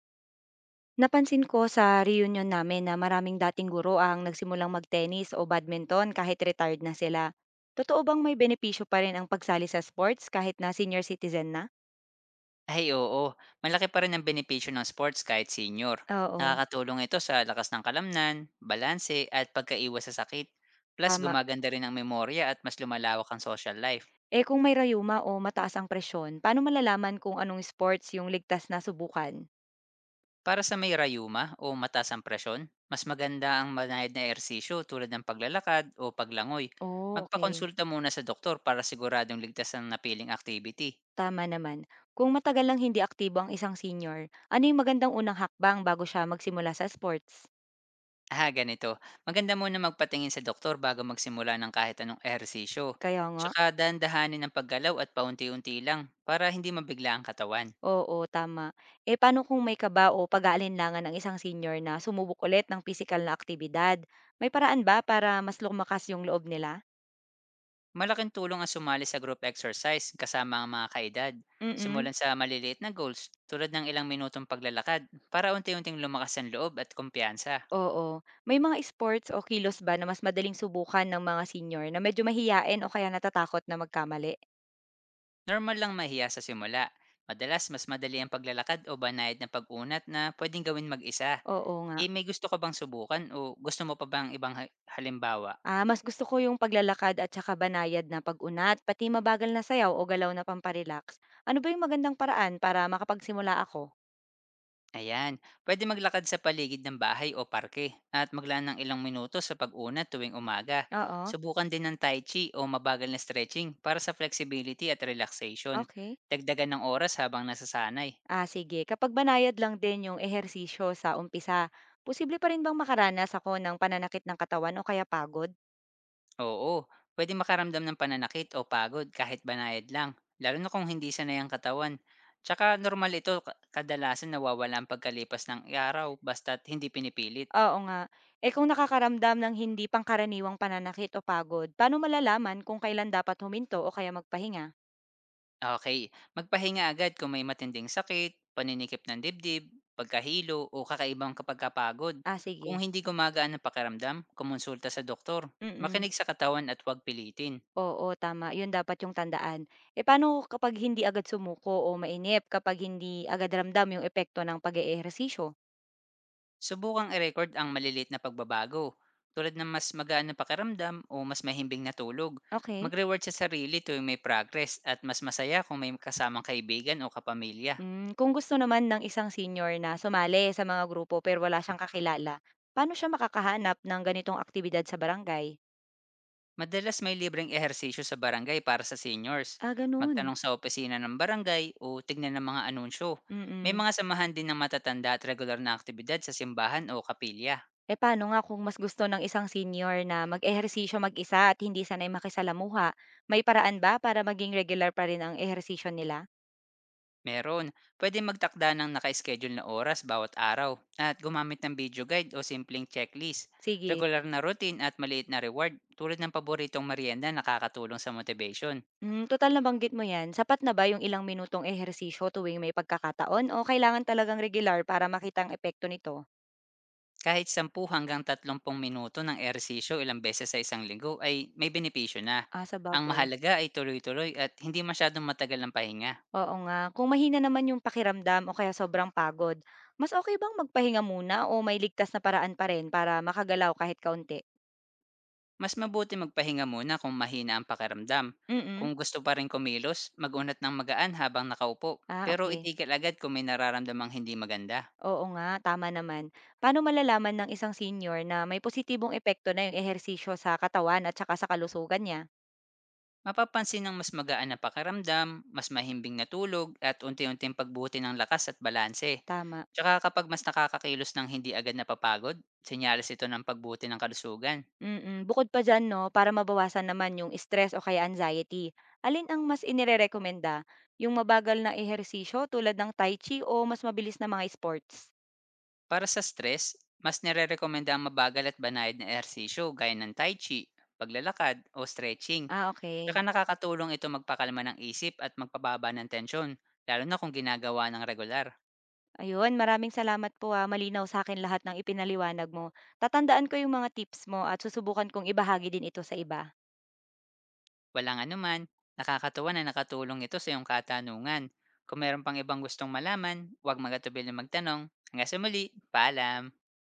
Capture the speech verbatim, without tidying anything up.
Napansin ko sa reunion namin na maraming dating guro ang nagsimulang magtennis o badminton kahit retired na sila. Totoo bang may benepisyo pa rin ang pagsali sa sports kahit na senior citizen na? Ay oo, malaki pa rin ang benepisyo ng sports kahit senior. Oo, Nakakatulong ito sa lakas ng kalamnan, balanse at pagkaiwas sa sakit. Plus tama. gumaganda rin ang memorya at mas lumalawak ang social life. Eh kung may rayuma o mataas ang presyon, paano malalaman kung anong sports yung ligtas na subukan? Para sa may rayuma o mataas ang presyon, mas maganda ang manayad na ehersisyo tulad ng paglalakad o paglangoy. Oh, okay. Magpakonsulta muna sa doktor para siguradong ligtas ang napiling activity. Tama naman. Kung matagal lang hindi aktibo ang isang senior, ano yung magandang unang hakbang bago siya magsimula sa sports? Ah, ganito. Maganda muna magpatingin sa doktor bago magsimula ng kahit anong ehersisyo. Kaya nga. Tsaka dahan-dahanin ang paggalaw at paunti-unti lang para hindi mabigla ang katawan. Oo, tama. Eh, paano kung may kaba o pag-aalinlangan ng isang senior na sumubok ulit ng physical na aktibidad? May paraan ba para mas lumakas yung loob nila? Malaking tulong ang sumali sa group exercise kasama ang mga kaedad. Simulan Mm-mm. sa maliliit na goals tulad ng ilang minutong paglalakad para unti-unting lumakas ang loob at kumpiyansa. Oo. May mga sports o kilos ba na mas madaling subukan ng mga senior na medyo mahiyain o kaya natatakot na magkamali? Normal lang mahiya sa simula. Madalas mas madali ang paglalakad o banayad na pag-unat na pwedeng gawin mag-isa. Oo nga. Eh may gusto ka bang subukan o gusto mo pa bang ibang ha- halimbawa? Ah, mas gusto ko yung paglalakad at saka banayad na pag-unat, pati mabagal na sayaw o galaw na pamparelax. Ano ba yung magandang paraan para makapagsimula ako? Ayan, pwede maglakad sa paligid ng bahay o parke at maglaan ng ilang minuto sa pag-una tuwing umaga. Oo. Subukan din ng tai chi o mabagal na stretching para sa flexibility at relaxation. Okay. Dagdagan ng oras habang nasasanay. Ah, sige. Kapag banayad lang din yung ehersisyo sa umpisa, posible pa rin bang makaranas ako ng pananakit ng katawan o kaya pagod? Oo, pwede makaramdam ng pananakit o pagod kahit banayad lang, lalo na kung hindi sanay ang katawan. Tsaka normal ito, ka- kadalasan nawawala ang pagkalipas ng araw basta't hindi pinipilit. Oo nga. Eh kung nakakaramdam ng hindi pangkaraniwang pananakit o pagod, paano malalaman kung kailan dapat huminto o kaya magpahinga? Okay, magpahinga agad kung may matinding sakit, paninikip ng dibdib, pagkahilo o kakaibang pagkapagod. Ah, Kung Sige. hindi gumagaan ang pakiramdam, kumonsulta sa doktor. Mm-mm. Makinig sa katawan at huwag pilitin. Oo, tama. Yun dapat yung tandaan. Eh paano kapag hindi agad sumuko o mainip, kapag hindi agad ramdam yung epekto ng pag-eehersisyo? Subukang i-record ang malilit na pagbabago, tulad ng mas magaan na pakiramdam o mas mahimbing na tulog. Okay. Mag-reward sa sarili tuwing may progress at mas masaya kung may kasamang kaibigan o kapamilya. Hmm, kung gusto naman ng isang senior na sumali sa mga grupo pero wala siyang kakilala, paano siya makakahanap ng ganitong aktibidad sa barangay? Madalas may libreng ehersisyo sa barangay para sa seniors. Ah, ganun. Magtanong sa opisina ng barangay o tignan ng mga anunsyo. May Mm. mga samahan din ng matatanda at regular na aktibidad sa simbahan o kapilya. Eh, paano nga kung mas gusto ng isang senior na mag-ehersisyo mag-isa at hindi sanay makisalamuha? May paraan ba para maging regular pa rin ang ehersisyo nila? Meron, pwede magtakda ng naka-schedule na oras bawat araw at gumamit ng video guide o simpleng checklist. Sige. Regular na routine at maliit na reward tulad ng paboritong merienda nakakatulong sa motivation. Hmm, total nabanggit mo yan. Sapat na ba yung ilang minutong ehersisyo tuwing may pagkakataon o kailangan talagang regular para makita ang epekto nito? Kahit ten hanggang thirty minuto ng ehersisyo ilang beses sa isang linggo ay may benepisyo na. Ah, sa Ang bagay. mahalaga ay tuloy-tuloy at hindi masyadong matagal ang pahinga. Oo nga. Kung mahina naman yung pakiramdam o kaya sobrang pagod, mas okay bang magpahinga muna o may ligtas na paraan pa rin para makagalaw kahit kaunti? Mas mabuti magpahinga muna kung mahina ang pakiramdam. Kung Mm. gusto pa rin kumilos, magunat ng magaan habang nakaupo. Ah, Pero Okay. itigil agad kung may nararamdamang hindi maganda. Oo nga, tama naman. Paano malalaman ng isang senior na may positibong epekto na yung ehersisyo sa katawan at saka sa kalusugan niya? Mapapansin ng mas magaan na pakiramdam, mas mahimbing na tulog at unti-unting pagbuti ng lakas at balanse. Tama. Tsaka kapag mas nakakakilos ng hindi agad napapagod, senyales ito ng pagbuti ng kalusugan. Mm. Bukod pa dyan, no, para mabawasan naman yung stress o kaya anxiety, alin ang mas inirerekomenda? Yung mabagal na ehersisyo tulad ng tai chi o mas mabilis na mga sports? Para sa stress, mas nire-recommenda ang mabagal at banayad na ehersisyo gaya ng tai chi, paglalakad o stretching. Ah, okay. Tsaka nakakatulong ito magpakalma ng isip at magpababa ng tensyon, lalo na kung ginagawa ng regular. Ayun, maraming salamat po, ah, malinaw sa akin lahat ng ipinaliwanag mo. Tatandaan ko yung mga tips mo at susubukan kong ibahagi din ito sa iba. Walang anuman, nakakatuwa na nakatulong ito sa iyong katanungan. Kung meron pang ibang gustong malaman, huwag magatubil na magtanong. Hanggang sa muli, paalam!